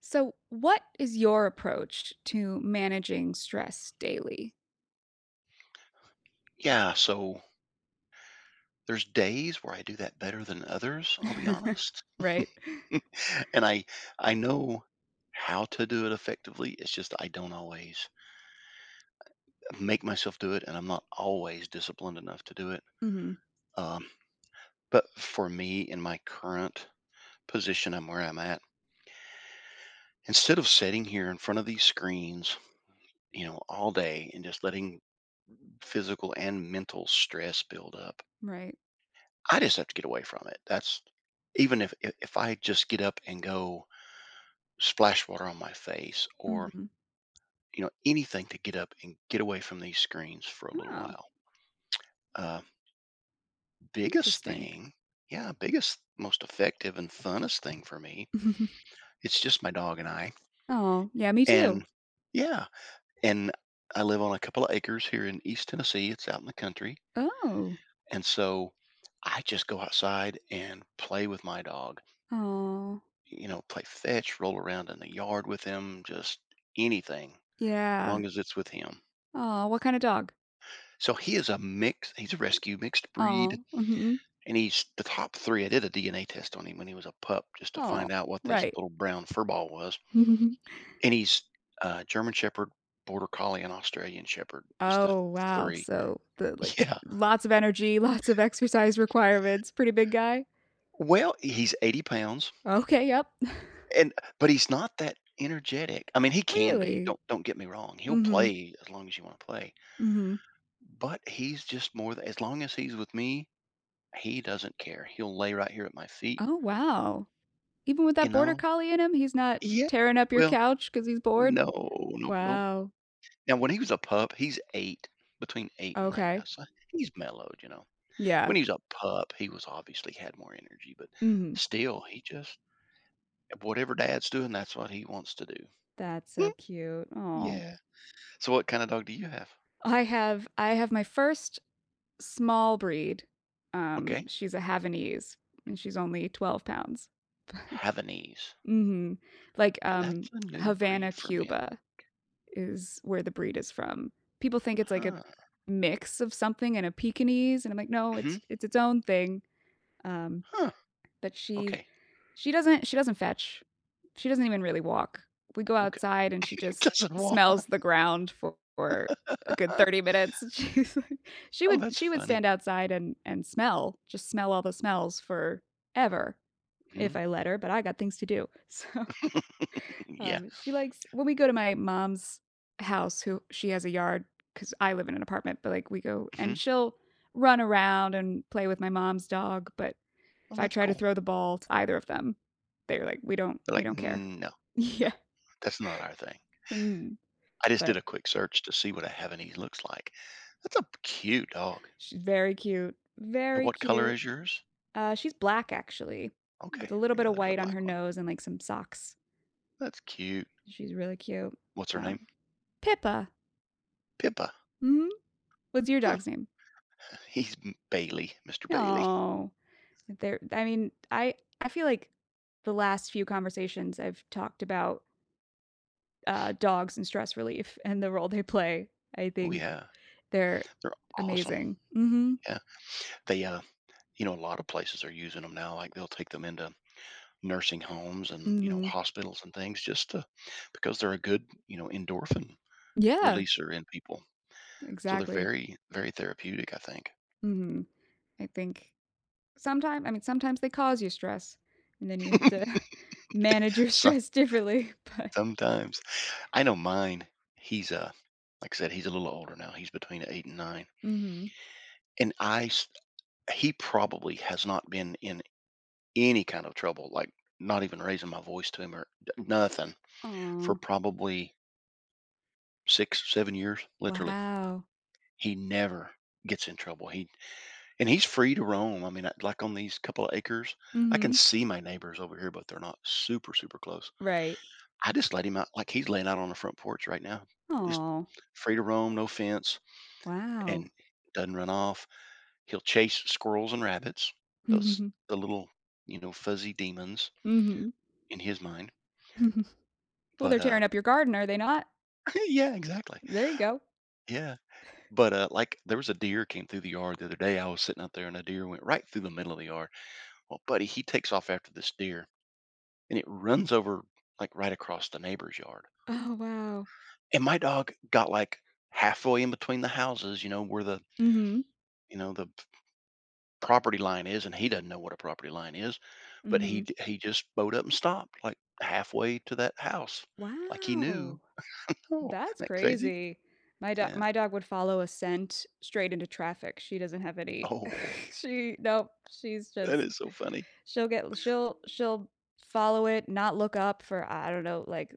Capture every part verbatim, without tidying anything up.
So, what is your approach to managing stress daily? Yeah, so there's days where I do that better than others, I'll be honest. Right? And I I know how to do it effectively. It's just I don't always make myself do it and I'm not always disciplined enough to do it. Mhm. Um, but for me in my current position I'm where I'm at, instead of sitting here in front of these screens, you know, all day and just letting physical and mental stress build up, Right. I just have to get away from it. That's even if if if I just get up and go splash water on my face or Mhm. you know anything to get up and get away from these screens for a little Oh, while. Uh, biggest interesting. thing yeah Biggest, most effective and funnest thing for me, it's just my dog and I. Oh, yeah, me too. And yeah, and I live on a couple of acres here in East Tennessee. It's out in the country, Oh. and so I just go outside and play with my dog, Oh. you know, play fetch, roll around in the yard with him, just anything, Yeah. long as it's with him. Oh, what kinda dog? So he is a mix. He's a rescue mixed breed, Oh. Mhm. and he's the top three. I did a D N A test on him when he was a pup just to Aw, find out what this right. little brown fur ball was. And he's uh, German Shepherd, Border Collie, and Australian Shepherd is the Oh, wow. three. So, the, like, Yeah. lots of energy, lots of exercise requirements, pretty big guy? Well, he's eighty pounds, Okay, yep. and but he's not that energetic. I mean, he can be. Really? Don't don't get me wrong. He'll Mhm. play as long as you want to play, Mhm. but he's just more. th- As long as he's with me, he doesn't care. He'll lay right here at my feet. Oh, wow. Even with You that border know. collie in him, he's not Yeah. tearing up your Well, couch because he's bored. no, nope, nope. Wow. Now, when he was a pup, he's eight, between eight and nine now, Okay. so he's mellowed, you know? Yeah. When he was a pup, he was obviously had more energy, but Hmm. still, he just, whatever dad's doing, that's what he wants to do. That's so cute. Oh, Yeah. So what kinda dog do you have? I have I have my first small breed. Um, Okay. She's a Havanese, and she's only twelve pounds. Havanese. Hmm. Like Okay, um, that's a new Havana, breed for me, I think. Cuba is where the breed is from. People think it's like a Huh. mix of something and a Pekingese, and I'm like, no, Mhm. it's it's its own thing. Um, Huh. but she Okay. She doesn't she doesn't fetch. She doesn't even really walk. We go Okay. outside and she just Doesn't wa smells the ground for, for a good thirty minutes. She's like, she Oh, would that's she would stand funny. outside and and smell, just smell all the smells forever if Mhm. I let her, but I got things to do. So, Yeah. um she likes when we go to my mom's house who she has a yard cuz I live in an apartment, but like we go and Mhm. she'll run around and play with my mom's dog, but if Well, I that's try to cool. throw the ball to either of them, they're like, we don't, They're we like, don't care. "Mm, no. No. Yeah. That's not our thing." Mm. I just did But a quick search to see what a Heavenese looks like. That's a cute dog. she's very cute. And Very what color cute. is yours? Uh, she's black actually, with Okay. a little bit Yeah, of there's a white on black her one. nose and like some socks. That's cute. She's really cute. What's her name? Um, Pippa. Pippa. Hmm. What's your Huh. dog's name? He's M- Bailey, Mister Bailey. No. There. I mean, I I feel like the last few conversations I've talked about uh, dogs and stress relief and the role they play. I Oh, think yeah. they're They're awesome. amazing. Hmm. Yeah. They, uh, you know, a lot of places are using them now. Like they'll take them into nursing homes and, you know, Mhm. hospitals and things, just to, because they're a good, you know, endorphin Yeah, releaser in people. So they're exactly. very, very therapeutic, I think. Mhm. I think sometimes. I mean, sometimes they cause you stress, and then you have to manage your Some, stress differently, but sometimes. I know mine. He's uh, like I said, he's a little older now. He's between eight and nine, Mhm. and I s- he probably has not been in any kind of trouble, like not even raising my voice to him or d- nothing for Oh. probably six, seven years. Literally, Wow. he never gets in trouble. He and he's free to roam. I mean, I- like on these couple of acres, I can Mhm. see my neighbors over here, but they're not super, super close. Right. I just let him out, like he's laying out on the front porch right now, just Oh. free to roam, no fence Wow. and doesn't run off. He'll chase squirrels and rabbits, those the little, you know, fuzzy demons Mhm. in his mind. Well, But they're uh tearing up your garden, are they not? yeah, exactly. There you go. Yeah. But uh like there was a deer came through the yard the other day. I was sitting out there and a deer went right through the middle of the yard. Well, buddy, he takes off after this deer and it runs over like right across the neighbor's yard. Oh, wow. And my dog got like halfway in between the houses, you know, where the Mhm. you know the property line is, and he doesn't know what a property line is, but he Mhm. d- he just bowed up and stopped like halfway to that house, like he knew. Wow. Oh, isn't That's that crazy? crazy. My dog Yeah. my dog would follow a scent straight into traffic. She doesn't have any Oh, she nope, she's that just is so funny. she'll get she'll she'll follow it, not look up for I don't know, like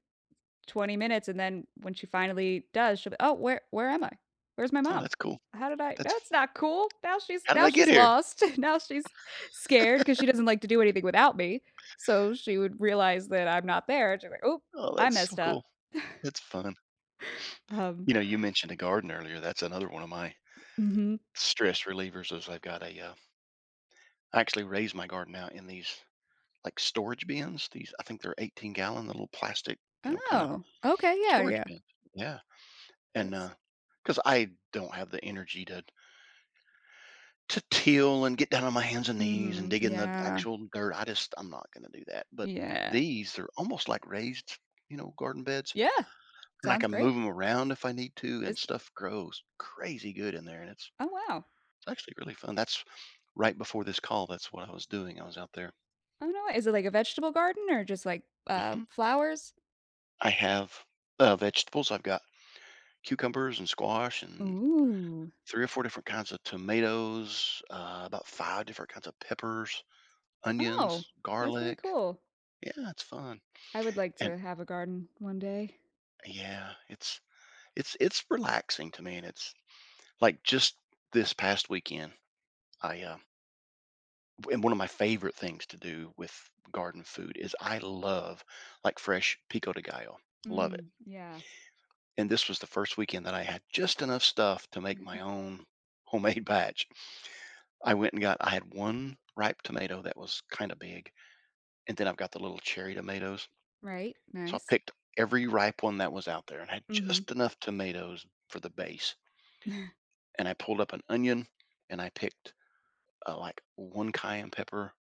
twenty minutes, and then when she finally does, she'll be, "Oh, where where am I? Where's my Oh, mom? that's cool. How did I That's, That's not cool. Now she's how did now I get she's here? lost. Now she's scared because she doesn't like to do anything without me. So she would realize that I'm not there. And she's like, "Oh, Oh, I that's so messed up." cool. That's fun. Um You know, you mentioned a garden earlier. That's another one of my mhm. stress relievers. Is I've got a uh, I actually raise my garden now in these like storage bins. These I think they're eighteen gallon, the little plastic, you know, kind of Oh, okay, yeah, storage yeah. bins. Yeah. And uh, That's 'cause because I don't have the energy to to till and get down on my hands and knees and mhm, dig in the yeah, actual dirt. I just, I'm not going to do that. But yeah, these, they're almost like raised, you know, garden beds, yeah, and I sounds can great. move them around if I need to, Is and stuff grows crazy good in there, and it's Oh, wow. actually really fun. That's right before this call. That's what I was doing. I was out there. Oh, no, is it like a vegetable garden or just like, uh, Mhm. flowers? I have uh, vegetables. I've got cucumbers and squash and Ooh, three or four different kinds of tomatoes, uh, about five different kinds of peppers, oh, onions, that's really garlic. cool. Yeah, it's fun. I would like And to have a garden one day. yeah, it's it's it's relaxing to me, and it's like just this past weekend, I uh and one of my favorite things to do with garden food is I love like fresh pico de gallo. Love it. Mm, yeah. And this was the first weekend that I had just enough stuff to make my own homemade batch. I went and got I had one ripe tomato that was kind of big, and then I've got the little cherry tomatoes. Right, So I nice. picked every ripe one that was out there and had Mhm. just enough tomatoes for the base. And I pulled up an onion and I picked uh, like one cayenne pepper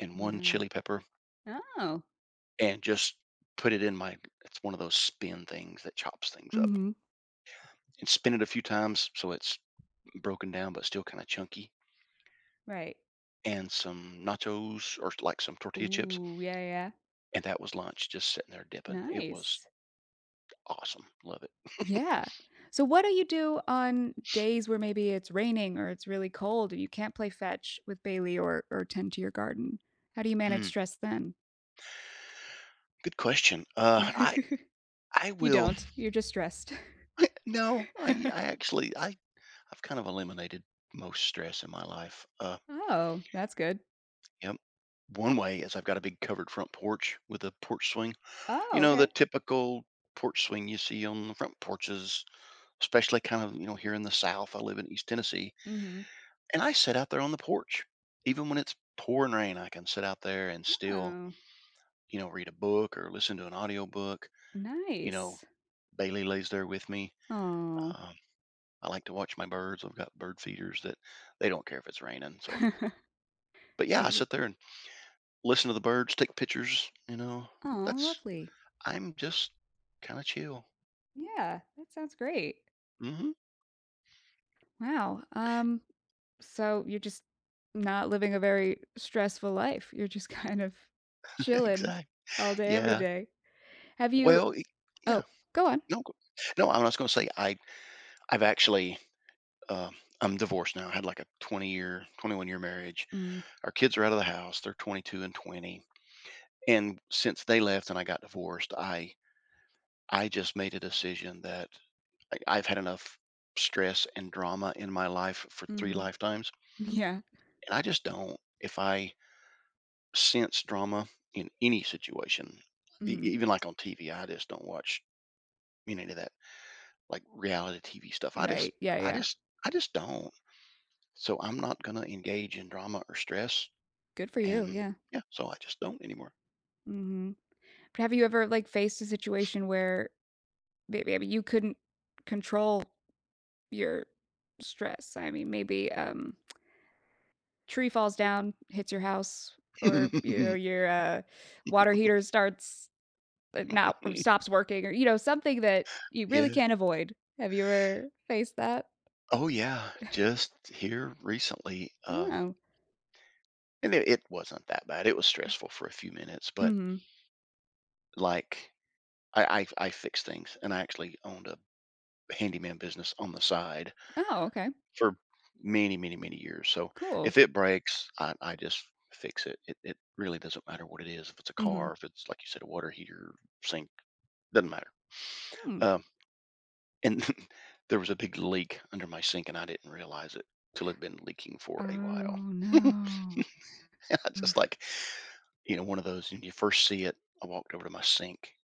and one Wow. chili pepper Oh, and just put it in my, it's one of those spin things that chops things up, mhm, and spin it a few times so it's broken down but still kind of chunky, right. and some nachos or like some tortilla chips. Ooh, yeah, yeah, And that was lunch, just sitting there dipping. It was nice. awesome. Love it. Yeah. So what do you do on days where maybe it's raining or it's really cold and you can't play fetch with Bailey or or tend to your garden? How do you manage Mm, stress then? good question. Uh, I, I You will. don't. You're just stressed. No, I I actually, I I've kind of eliminated most stress in my life. Uh, Oh, that's good. Yep. One way is I've got a big covered front porch with a porch swing. Oh, You know, the okay. typical porch swing you see on the front porches, especially kind of, you know, here in the South. I live in East Tennessee, Mhm. and I sit out there on the porch. Even when it's pouring rain, I can sit out there and still, Oh, you know, read a book or listen to an audio book. You know, nice. Bailey lays there with me. Oh. um, I like to watch my birds. I've got bird feeders that they don't care if it's raining. So, but yeah, There I you go. sit there and listen to the birds, take pictures. You know, Oh, that's, lovely. I'm just kind of chill. Yeah, that sounds great. Mm hmm Wow. Um, so you're just not living a very stressful life. You're just kind of chilling Exactly. all day, every Yeah. day. Have you? Well, y- yeah. Oh, go on. No, go- no. I was going to say I I've actually um I'm divorced now. I had like a twenty year, twenty-one year marriage. Mm, Our kids are out of the house. They're twenty-two and twenty. And since they left and I got divorced, I I just made a decision that, like, I've had enough stress and drama in my life for three hmm. lifetimes, Yeah. and I just don't. If I sense drama in any situation, e- e- Mm. even like on T V, I just don't watch any of that like reality T V stuff. I just, Right. Yeah. I Yeah. just, I just don't. So I'm not gonna engage in drama or stress, Good for you. and Yeah. yeah, so I just don't anymore. Hmm. But have you ever like faced a situation where may- maybe you couldn't control your stress? I mean, maybe um, tree falls down, hits your house, or you know, your uh, water heater starts it not or stops working or, you know, something that you really Yeah. can't avoid. Have you ever faced that? Oh yeah. Just here recently, uh, Oh. and it, it wasn't that bad. It was stressful for a few minutes, but Mhm. like I I I fixed things, and I actually owned a handyman business on the side Oh, okay. for many, many, many years. So Cool. if it breaks, I, I just fix it. it. It really doesn't matter what it is. If it's a Mhm. car, if it's like you said, a water heater, sink, doesn't matter. Hmm. Um, and there was a big leak under my sink, and I didn't realize it till it'd been leaking for a while. Oh, no. And I just Oof. like, you know, one of those. When you first see it, I walked over to my sink,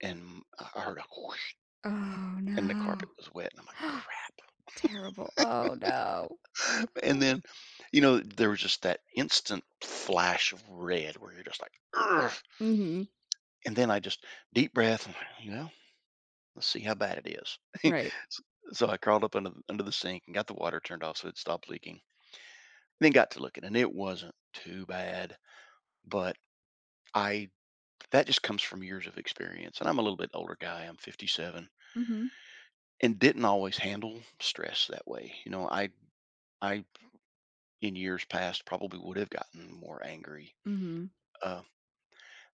and I I heard a whoosh, Oh, and the carpet no. was wet, and I'm like, crap. Terrible. Oh, no. And then, you know, there was just that instant flash of red where you're just like, ugh! Mhm. And then I just, deep breath, and, you know, let's see how bad it is. S- Right. so I crawled up under, the- under the sink and got the water turned off so it stopped leaking, then got to looking and it wasn't too bad. But I, that just comes from years of experience, and I'm a little bit older guy, I'm fifty-seven, Mhm. and didn't always handle stress that way. You know, i i in years past probably would have gotten more angry. Mhm. uh,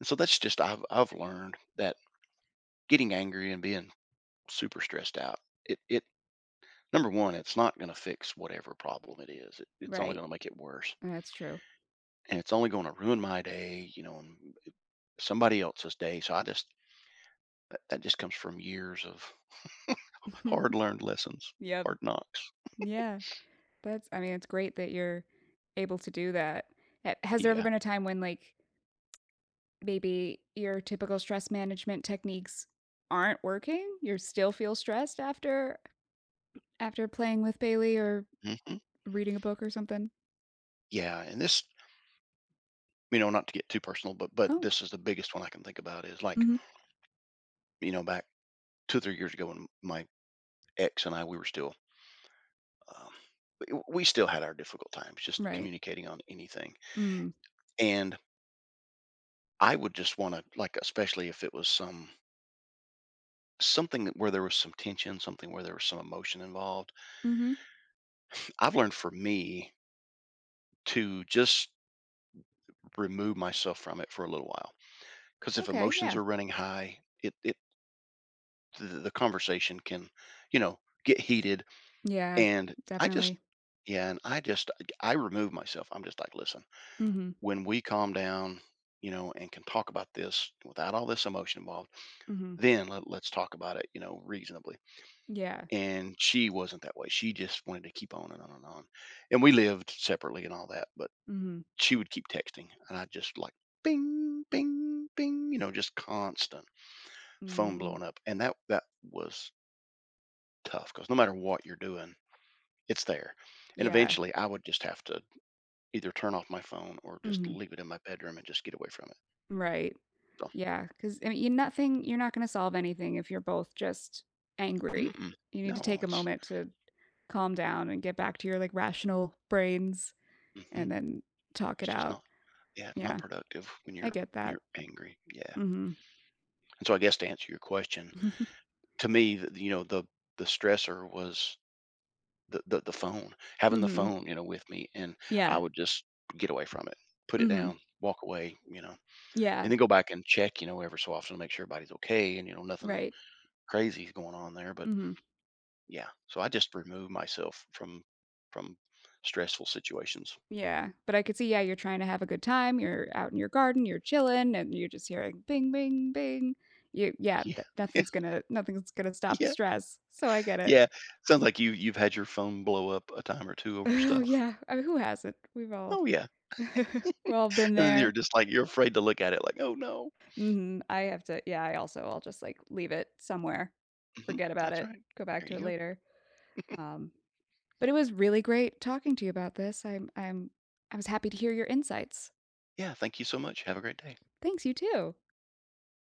And so that's just, I've I've learned that getting angry and being super stressed out, it it number one, it's not going to fix whatever problem it is. It, it's only Right. going to make it worse, That's true. and it's only going to ruin my day, you know, and somebody else's day. So I just, that, that just comes from years of hard learned lessons, Yep. hard knocks. Yeah. That's I mean, it's great that you're able to do that. Ha Has there ever Yeah, been a time when, like, maybe your typical stress management techniques aren't working? You still feel stressed after after playing with Bailey or hmm reading a book or something? yeah, and this, you know, not to get too personal, but but Oh, this is the biggest one I can think about is like, mhm. you know, back two or three years ago when my ex and I we were still, Um, w- we still had our difficult times just Right. communicating on anything. Mm. And I would just want to like, especially if it was some something that where there was some tension, something where there was some emotion involved. Mhm. I've learned for me to just remove myself from it for a little while, because if Okay, emotions yeah. are running high, it it the, the conversation can, you know, get heated. Yeah, And I just definitely. Yeah, and I just, I remove myself. I'm just like, listen, Mhm. when we calm down, you know, and can talk about this without all this emotion involved, Mhm. then let, let's talk about it, you know, reasonably. Yeah. And she wasn't that way. She just wanted to keep on and on and on. And we lived separately and all that, but Mhm. she would keep texting. And I just like, bing, bing, bing, you know, just constant phone Mm. blowing up. And that, that was tough because no matter what you're doing, it's there. And Yeah. eventually I would just have to either turn off my phone or just Mhm. leave it in my bedroom and just get away from it. Right. Yeah. Because I mean, you nothing you're not gonna solve anything if you're both just angry. Mm-mm. You need to No, take a it's moment to calm down and get back to your, like, rational brains, hmm and then talk it it's just out. not, yeah, it's not Yeah, productive when you're I get when that. you're angry. Yeah. Mhm. And so I guess to answer your question, Mhm. to me, the, you know, the the stressor was the, the the phone, having the phone, you know, with me, and I Yeah. would just get away from it, put it Mhm. down, walk away, you know, and Yeah, then go back and check, you know, every so often to make sure everybody's okay, and you know nothing right. crazy is going on there. But Mhm. yeah, so I just remove myself from from stressful situations. Yeah, but I could see, yeah, you're trying to have a good time, you're out in your garden, you're chilling, and you're just hearing bing, bing, bing. You yeah, Yeah, th yeah, Nothing's gonna nothing's gonna stop the yeah. stress, so I get it. Yeah, sounds like you you've had your phone blow up a time or two over Oh, stuff. yeah, I mean, who hasn't? We've all Oh, yeah, we've all been and then you're there. just like you're afraid to look at it like, "Oh, no." Mhm, I have to yeah, I also I'll just, like, leave it somewhere, Mhm, forget about that's it, right. go back There to you it go. later, um but it was really great talking to you about this. I'm I'm I was happy to hear your insights. Yeah, thank you so much. Have a great day. Thanks, you too.